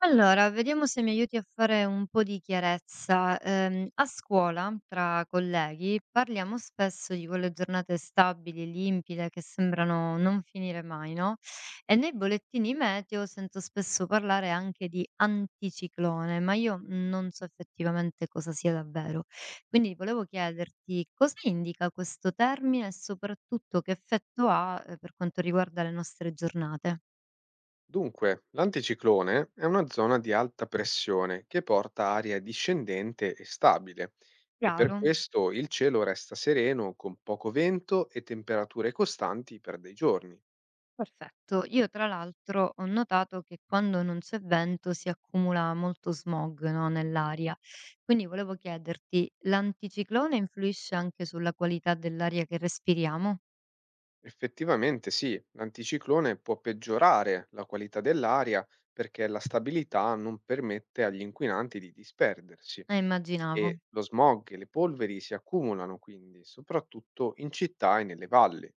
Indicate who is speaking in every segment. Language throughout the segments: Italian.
Speaker 1: Allora, vediamo se mi aiuti a fare un po' di chiarezza. A scuola, tra colleghi, parliamo spesso di quelle giornate stabili, limpide, che sembrano non finire mai, no? E nei bollettini meteo sento spesso parlare anche di anticiclone, ma io non so effettivamente cosa sia davvero. Quindi volevo chiederti cosa indica questo termine e soprattutto che effetto ha, per quanto riguarda le nostre giornate.
Speaker 2: Dunque, l'anticiclone è una zona di alta pressione che porta aria discendente e stabile e per
Speaker 1: Chiaro?
Speaker 2: questo il cielo resta sereno con poco vento e temperature costanti per dei giorni.
Speaker 1: Perfetto. Io tra l'altro ho notato che quando non c'è vento si accumula molto smog, no, nell'aria. Quindi volevo chiederti, l'anticiclone influisce anche sulla qualità dell'aria che respiriamo?
Speaker 2: Effettivamente sì, l'anticiclone può peggiorare la qualità dell'aria perché la stabilità non permette agli inquinanti di disperdersi
Speaker 1: Immaginavo.
Speaker 2: e lo smog e le polveri si accumulano quindi, soprattutto in città e nelle valli.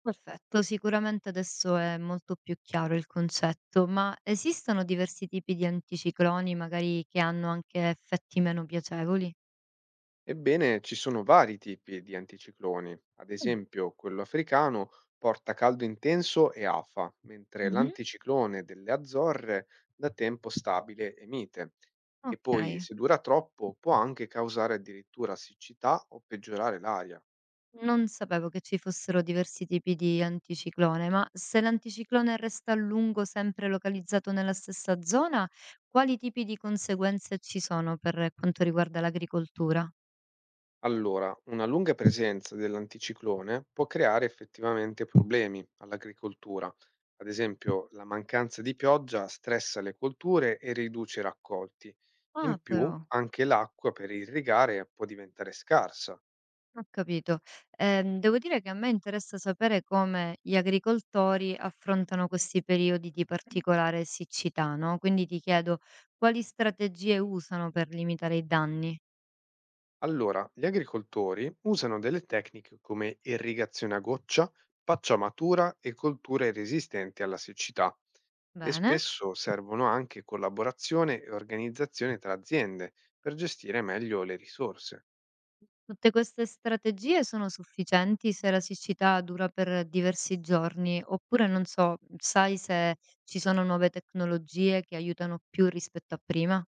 Speaker 1: Perfetto, sicuramente adesso è molto più chiaro il concetto, ma esistono diversi tipi di anticicloni, magari che hanno anche effetti meno piacevoli?
Speaker 2: Ebbene, ci sono vari tipi di anticicloni. Ad
Speaker 1: Mm.
Speaker 2: esempio, quello africano porta caldo intenso e afa, mentre
Speaker 1: Mhm.
Speaker 2: l'anticiclone delle Azzorre da tempo stabile e mite. E poi,
Speaker 1: Ok.
Speaker 2: se dura troppo, può anche causare addirittura siccità o peggiorare l'aria.
Speaker 1: Non sapevo che ci fossero diversi tipi di anticiclone, ma se l'anticiclone resta a lungo sempre localizzato nella stessa zona, quali tipi di conseguenze ci sono per quanto riguarda l'agricoltura?
Speaker 2: Allora, una lunga presenza dell'anticiclone può creare effettivamente problemi all'agricoltura. Ad esempio, la mancanza di pioggia stressa le colture e riduce i raccolti.
Speaker 1: Ah,
Speaker 2: In più,
Speaker 1: però,
Speaker 2: anche l'acqua per irrigare può diventare scarsa.
Speaker 1: ho capito. Devo dire che a me interessa sapere come gli agricoltori affrontano questi periodi di particolare siccità, no? Quindi ti chiedo quali strategie usano per limitare i danni.
Speaker 2: Allora, gli agricoltori usano delle tecniche come irrigazione a goccia, pacciamatura e colture resistenti alla siccità. E
Speaker 1: Bene.
Speaker 2: spesso servono anche collaborazione e organizzazione tra aziende per gestire meglio le risorse.
Speaker 1: Tutte queste strategie sono sufficienti se la siccità dura per diversi giorni, oppure non so, sai se ci sono nuove tecnologie che aiutano più rispetto a prima?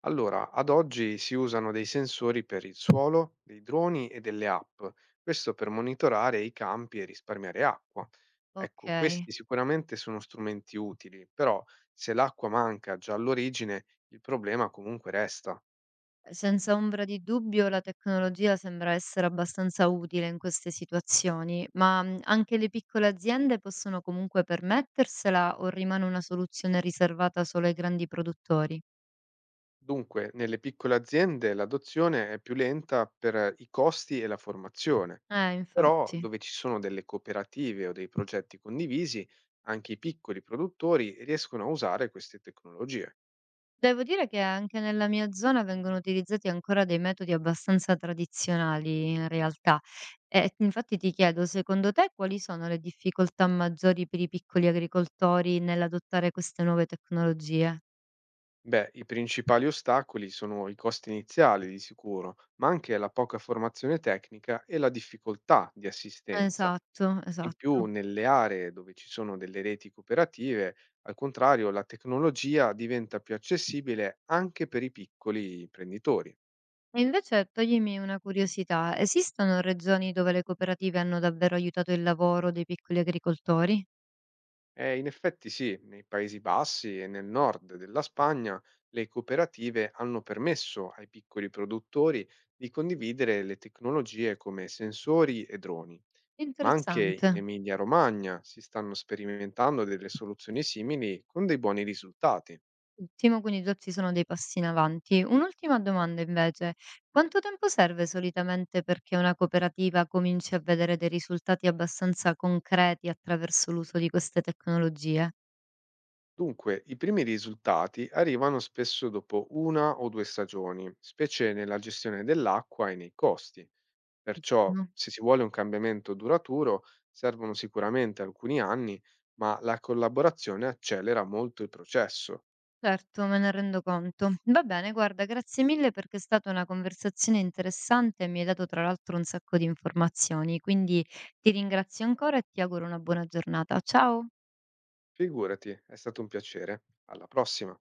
Speaker 2: Allora, ad oggi si usano dei sensori per il suolo, dei droni e delle app, questo per monitorare i campi e risparmiare acqua. Ecco, questi
Speaker 1: Okay.
Speaker 2: sicuramente sono strumenti utili, però se l'acqua manca già all'origine, il problema comunque resta.
Speaker 1: Senza ombra di dubbio la tecnologia sembra essere abbastanza utile in queste situazioni, ma, anche le piccole aziende possono comunque permettersela o rimane una soluzione riservata solo ai grandi produttori?
Speaker 2: Dunque, nelle piccole aziende l'adozione è più lenta per i costi e la formazione, però
Speaker 1: Infatti.
Speaker 2: dove ci sono delle cooperative o dei progetti condivisi, anche i piccoli produttori riescono a usare queste tecnologie.
Speaker 1: Devo dire che anche nella mia zona vengono utilizzati ancora dei metodi abbastanza tradizionali in realtà. E infatti ti chiedo, secondo te quali sono le difficoltà maggiori per i piccoli agricoltori nell'adottare queste nuove tecnologie?
Speaker 2: Beh, i principali ostacoli sono i costi iniziali di sicuro, ma anche la poca formazione tecnica e la difficoltà di assistenza.
Speaker 1: Esatto,
Speaker 2: In più
Speaker 1: esatto.
Speaker 2: nelle aree dove ci sono delle reti cooperative, al contrario, la tecnologia diventa più accessibile anche per i piccoli imprenditori.
Speaker 1: E invece toglimi una curiosità, esistono regioni dove le cooperative hanno davvero aiutato il lavoro dei piccoli agricoltori?
Speaker 2: E in effetti sì, nei Paesi Bassi e nel nord della Spagna le cooperative hanno permesso ai piccoli produttori di condividere le tecnologie come sensori e droni. Ma anche
Speaker 1: Interessante.
Speaker 2: in Emilia-Romagna si stanno sperimentando delle soluzioni simili con dei buoni risultati.
Speaker 1: Ottimo, quindi già ci sono dei passi in avanti. Un'ultima domanda invece, quanto tempo serve solitamente perché una cooperativa cominci a vedere dei risultati abbastanza concreti attraverso l'uso di queste tecnologie?
Speaker 2: Dunque, i primi risultati arrivano spesso dopo una o due stagioni, specie nella gestione dell'acqua e nei costi. Perciò,
Speaker 1: Ottimo.
Speaker 2: se si vuole un cambiamento duraturo, servono sicuramente alcuni anni, ma la collaborazione accelera molto il processo.
Speaker 1: Certo, me ne rendo conto. Va bene, guarda, grazie mille perché è stata una conversazione interessante e mi hai dato tra l'altro un sacco di informazioni, quindi ti ringrazio ancora e ti auguro una buona giornata. Ciao!
Speaker 2: Figurati, è stato un piacere. Alla prossima.